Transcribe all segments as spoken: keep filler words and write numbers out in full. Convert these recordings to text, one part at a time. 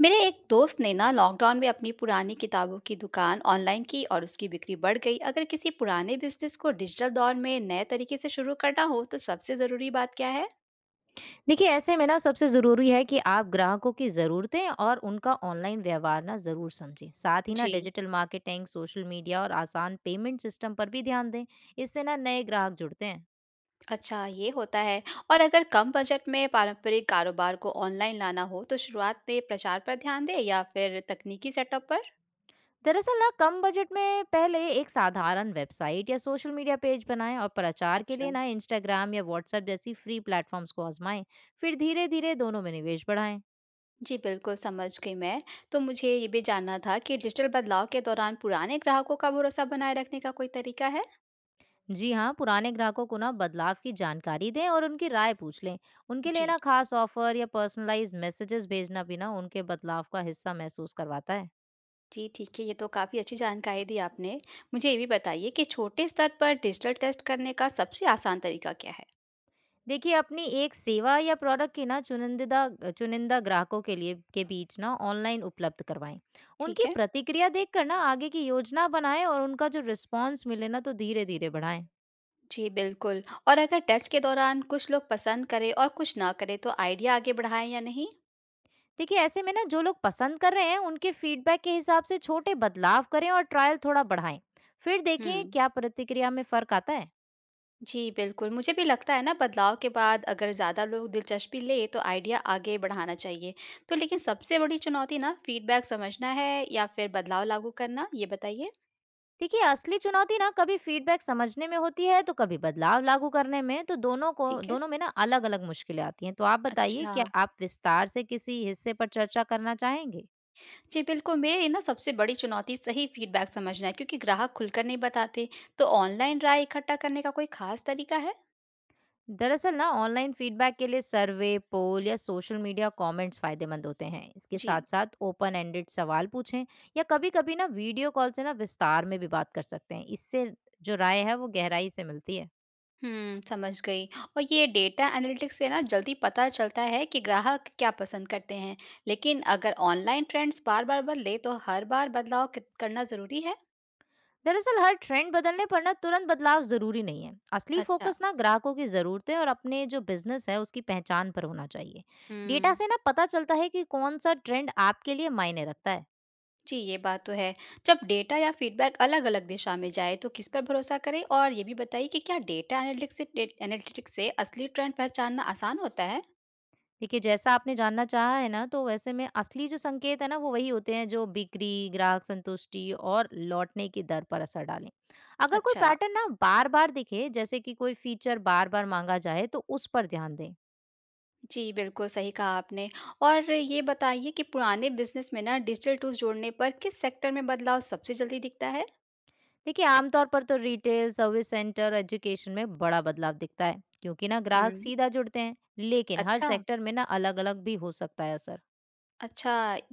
मेरे एक दोस्त ने ना लॉकडाउन में अपनी पुरानी किताबों की दुकान ऑनलाइन की और उसकी बिक्री बढ़ गई। अगर किसी पुराने बिजनेस को डिजिटल दौर में नए तरीके से शुरू करना हो तो सबसे ज़रूरी बात क्या है? देखिए ऐसे में ना सबसे ज़रूरी है कि आप ग्राहकों की ज़रूरतें और उनका ऑनलाइन व्यवहार ना ज़रूर समझें। साथ ही ना जी। डिजिटल मार्केटिंग, सोशल मीडिया और आसान पेमेंट सिस्टम पर भी ध्यान दें। इससे ना नए ग्राहक जुड़ते हैं। अच्छा, ये होता है। और अगर कम बजट में पारंपरिक कारोबार को ऑनलाइन लाना हो तो शुरुआत में प्रचार पर ध्यान दें या फिर तकनीकी सेटअप पर? दरअसल ना कम बजट में पहले एक साधारण वेबसाइट या सोशल मीडिया पेज बनाएं, और प्रचार के अच्छा, लिए ना इंस्टाग्राम या व्हाट्सएप जैसी फ्री प्लेटफॉर्म्स को आजमाएं। फिर धीरे धीरे दोनों में निवेश बढ़ाएं। जी बिल्कुल समझ गई मैं। तो मुझे ये भी जानना था कि डिजिटल बदलाव के दौरान पुराने ग्राहकों का भरोसा बनाए रखने का कोई तरीका है? जी हाँ, पुराने ग्राहकों को ना बदलाव की जानकारी दें और उनकी राय पूछ लें। उनके लिए जी। ना खास ऑफर या पर्सनलाइज मैसेजेस भेजना भी ना उनके बदलाव का हिस्सा महसूस करवाता है। जी, ठीक है, ये तो काफ़ी अच्छी जानकारी दी आपने। मुझे ये भी बताइए कि छोटे स्तर पर डिजिटल टेस्ट करने का सबसे आसान तरीका क्या है? देखिए अपनी एक सेवा या प्रोडक्ट की ना चुनिंदा चुनिंदा ग्राहकों के लिए के बीच ना ऑनलाइन उपलब्ध करवाएं। ठीक उनकी है। प्रतिक्रिया देखकर ना आगे की योजना बनाएं, और उनका जो रिस्पॉन्स मिले ना तो धीरे धीरे बढ़ाएं। जी, बिल्कुल। और अगर टेस्ट के दौरान कुछ लोग पसंद करें और कुछ ना करें, तो आइडिया आगे बढ़ाएँ या नहीं? देखिए ऐसे में ना जो लोग पसंद कर रहे हैं उनके फीडबैक के हिसाब से छोटे बदलाव करें और ट्रायल थोड़ा बढ़ाएं। फिर हुँ। देखें क्या प्रतिक्रिया में फर्क आता है। जी, बिल्कुल, मुझे भी लगता है ना बदलाव के बाद अगर ज़्यादा लोग दिलचस्पी लें, तो आइडिया आगे बढ़ाना चाहिए। तो लेकिन सबसे बड़ी चुनौती ना फीडबैक समझना है या फिर बदलाव लागू करना? ये बताइए। देखिए असली चुनौती ना कभी फीडबैक समझने में होती है तो कभी बदलाव लागू करने में। तो दोनों को ठीक है। दोनों में ना अलग अलग मुश्किलें आती हैं। तो आप बताइए, अच्छा। क्या आप विस्तार से किसी हिस्से पर चर्चा करना चाहेंगे? जी, बिल्कुल, मेरी ना सबसे बड़ी चुनौती सही फीडबैक समझना है क्योंकि ग्राहक खुलकर नहीं बताते। तो ऑनलाइन राय इकट्ठा करने का कोई ख़ास तरीका है? दरअसल ना ऑनलाइन फीडबैक के लिए सर्वे, पोल या सोशल मीडिया कमेंट्स फायदेमंद होते हैं। इसके जी। साथ साथ ओपन एंडेड सवाल पूछें, या कभी कभी ना वीडियो कॉल से ना विस्तार में भी बात कर सकते हैं। इससे जो राय है वो गहराई से मिलती है। हुँ, समझ गई। और ये डेटा एनालिटिक्स से ना जल्दी पता चलता है कि ग्राहक क्या पसंद करते हैं। लेकिन अगर ऑनलाइन ट्रेंड्स बार-बार बदले तो हर बार बदलाव क करना ज़रूरी है? दरअसल हर ट्रेंड बदलने पर ना तुरंत बदलाव जरूरी नहीं है। असली अच्छा। फोकस ना ग्राहकों की जरूरतें और अपने जो बिजनेस है उसकी पहचान पर होना चाहिए। डेटा हुँ। से ना पता चलता है कि कौन सा ट्रेंड आपके लिए मायने रखता है। जी, ये बात तो है। जब डेटा या फीडबैक अलग-अलग दिशा में जाए तो किस पर भरोसा करें? और ये भी बताइए कि क्या डेटा एनालिटिक्स से डे एनालिटिक्स से असली ट्रेंड पहचानना आसान होता है? देखिए, जैसा आपने जानना चाहा है ना, तो वैसे में असली जो संकेत है ना, वो वही होते हैं जो बिक्री, ग्राहक संतुष्टि और लौटने की दर पर असर डालें। अगर कोई अच्छा, पैटर्न ना बार-बार दिखे, जैसे कि कोई फीचर बार-बार मांगा जाए, तो उस पर ध्यान दें। जी बिल्कुल सही कहा आपने। और ये बताइए कि पुराने बिज़नेस में ना डिजिटल टूल्स जोड़ने पर किस सेक्टर में बदलाव सबसे जल्दी दिखता है? देखिए, आमतौर पर तो रिटेल, सर्विस सेंटर, एजुकेशन में बड़ा बदलाव दिखता है, क्योंकि ना ग्राहक हुँ। सीधा जुड़ते हैं, लेकिन हर अच्छा। सेक्टर में ना अलग-अलग भी हो सकता है असर। अच्छा,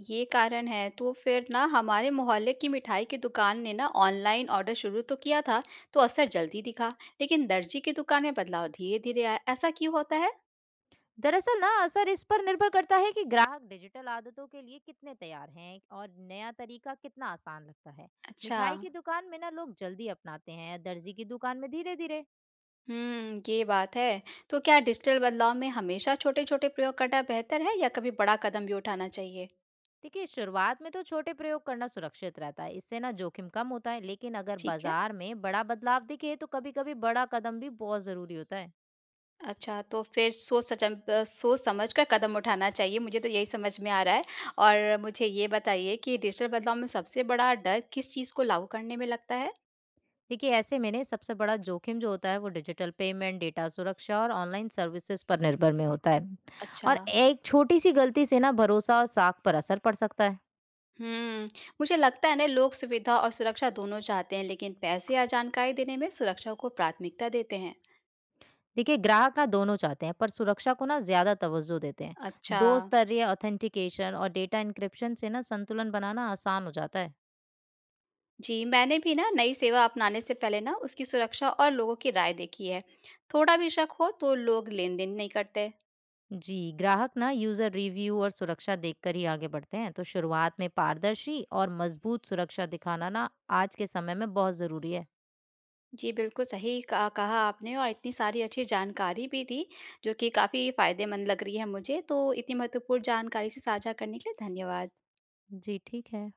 ये कारण है। तो फिर ना हमारे मोहल्ले की मिठाई की दुकान ने ना ऑनलाइन ऑर्डर शुरू तो किया था, तो असर जल्दी दिखा। लेकिन दर्जी की दुकान में बदलाव धीरे-धीरे आया। ऐसा क्यों होता है? दरअसल ना असर इस पर निर्भर करता है कि ग्राहक डिजिटल आदतों के लिए कितने तैयार हैं और नया तरीका कितना आसान लगता है। अच्छा। मिठाई की दुकान में ना लोग जल्दी अपनाते हैं, दर्जी की दुकान में धीरे धीरे। हम्म, ये बात है। तो क्या डिजिटल बदलाव में हमेशा छोटे-छोटे प्रयोग करना बेहतर है या कभी बड़ा कदम भी उठाना चाहिए? देखिए शुरुआत में तो छोटे प्रयोग करना सुरक्षित रहता है। इससे ना जोखिम कम होता है, लेकिन अगर ठीक है। बाजार में बड़ा बदलाव दिखे तो कभी कभी बड़ा कदम भी बहुत जरूरी होता है। अच्छा, तो फिर सोच सचम अ, सोच समझ कर कदम उठाना चाहिए, मुझे तो यही समझ में आ रहा है। और मुझे ये बताइए कि डिजिटल बदलाव में सबसे बड़ा डर किस चीज़ को लागू करने में लगता है? देखिए ऐसे में ने सबसे बड़ा जोखिम जो होता है वो डिजिटल पेमेंट, डेटा सुरक्षा और ऑनलाइन सर्विसेज पर निर्भर में होता है। अच्छा। और एक छोटी सी गलती से ना भरोसा और साख पर असर पड़ सकता है। हुँ, मुझे लगता है ना लोग सुविधा और सुरक्षा दोनों चाहते हैं, लेकिन पैसे या जानकारी देने में सुरक्षा को प्राथमिकता देते हैं। देखिए ग्राहक ना दोनों चाहते हैं, पर सुरक्षा को ना ज्यादा तवज्जो देते हैं। अच्छा। दो स्तरीय ऑथेंटिकेशन और डेटा इंक्रिप्शन से ना संतुलन बनाना आसान हो जाता है। जी, मैंने भी ना नई सेवा अपनाने से पहले ना उसकी सुरक्षा और लोगों की राय देखी है। थोड़ा भी शक हो तो लोग लेन-देन नहीं करते। जी, ग्राहक ना यूजर रिव्यू और सुरक्षा देखकर ही आगे बढ़ते हैं। तो शुरुआत में पारदर्शी और मजबूत सुरक्षा दिखाना ना आज के समय में बहुत जरूरी है। जी, बिल्कुल सही क कहा आपने और इतनी सारी अच्छी जानकारी भी दी, जो कि काफ़ी फ़ायदेमंद लग रही है मुझे। तो इतनी महत्वपूर्ण जानकारी से साझा करने के लिए धन्यवाद। जी ठीक है।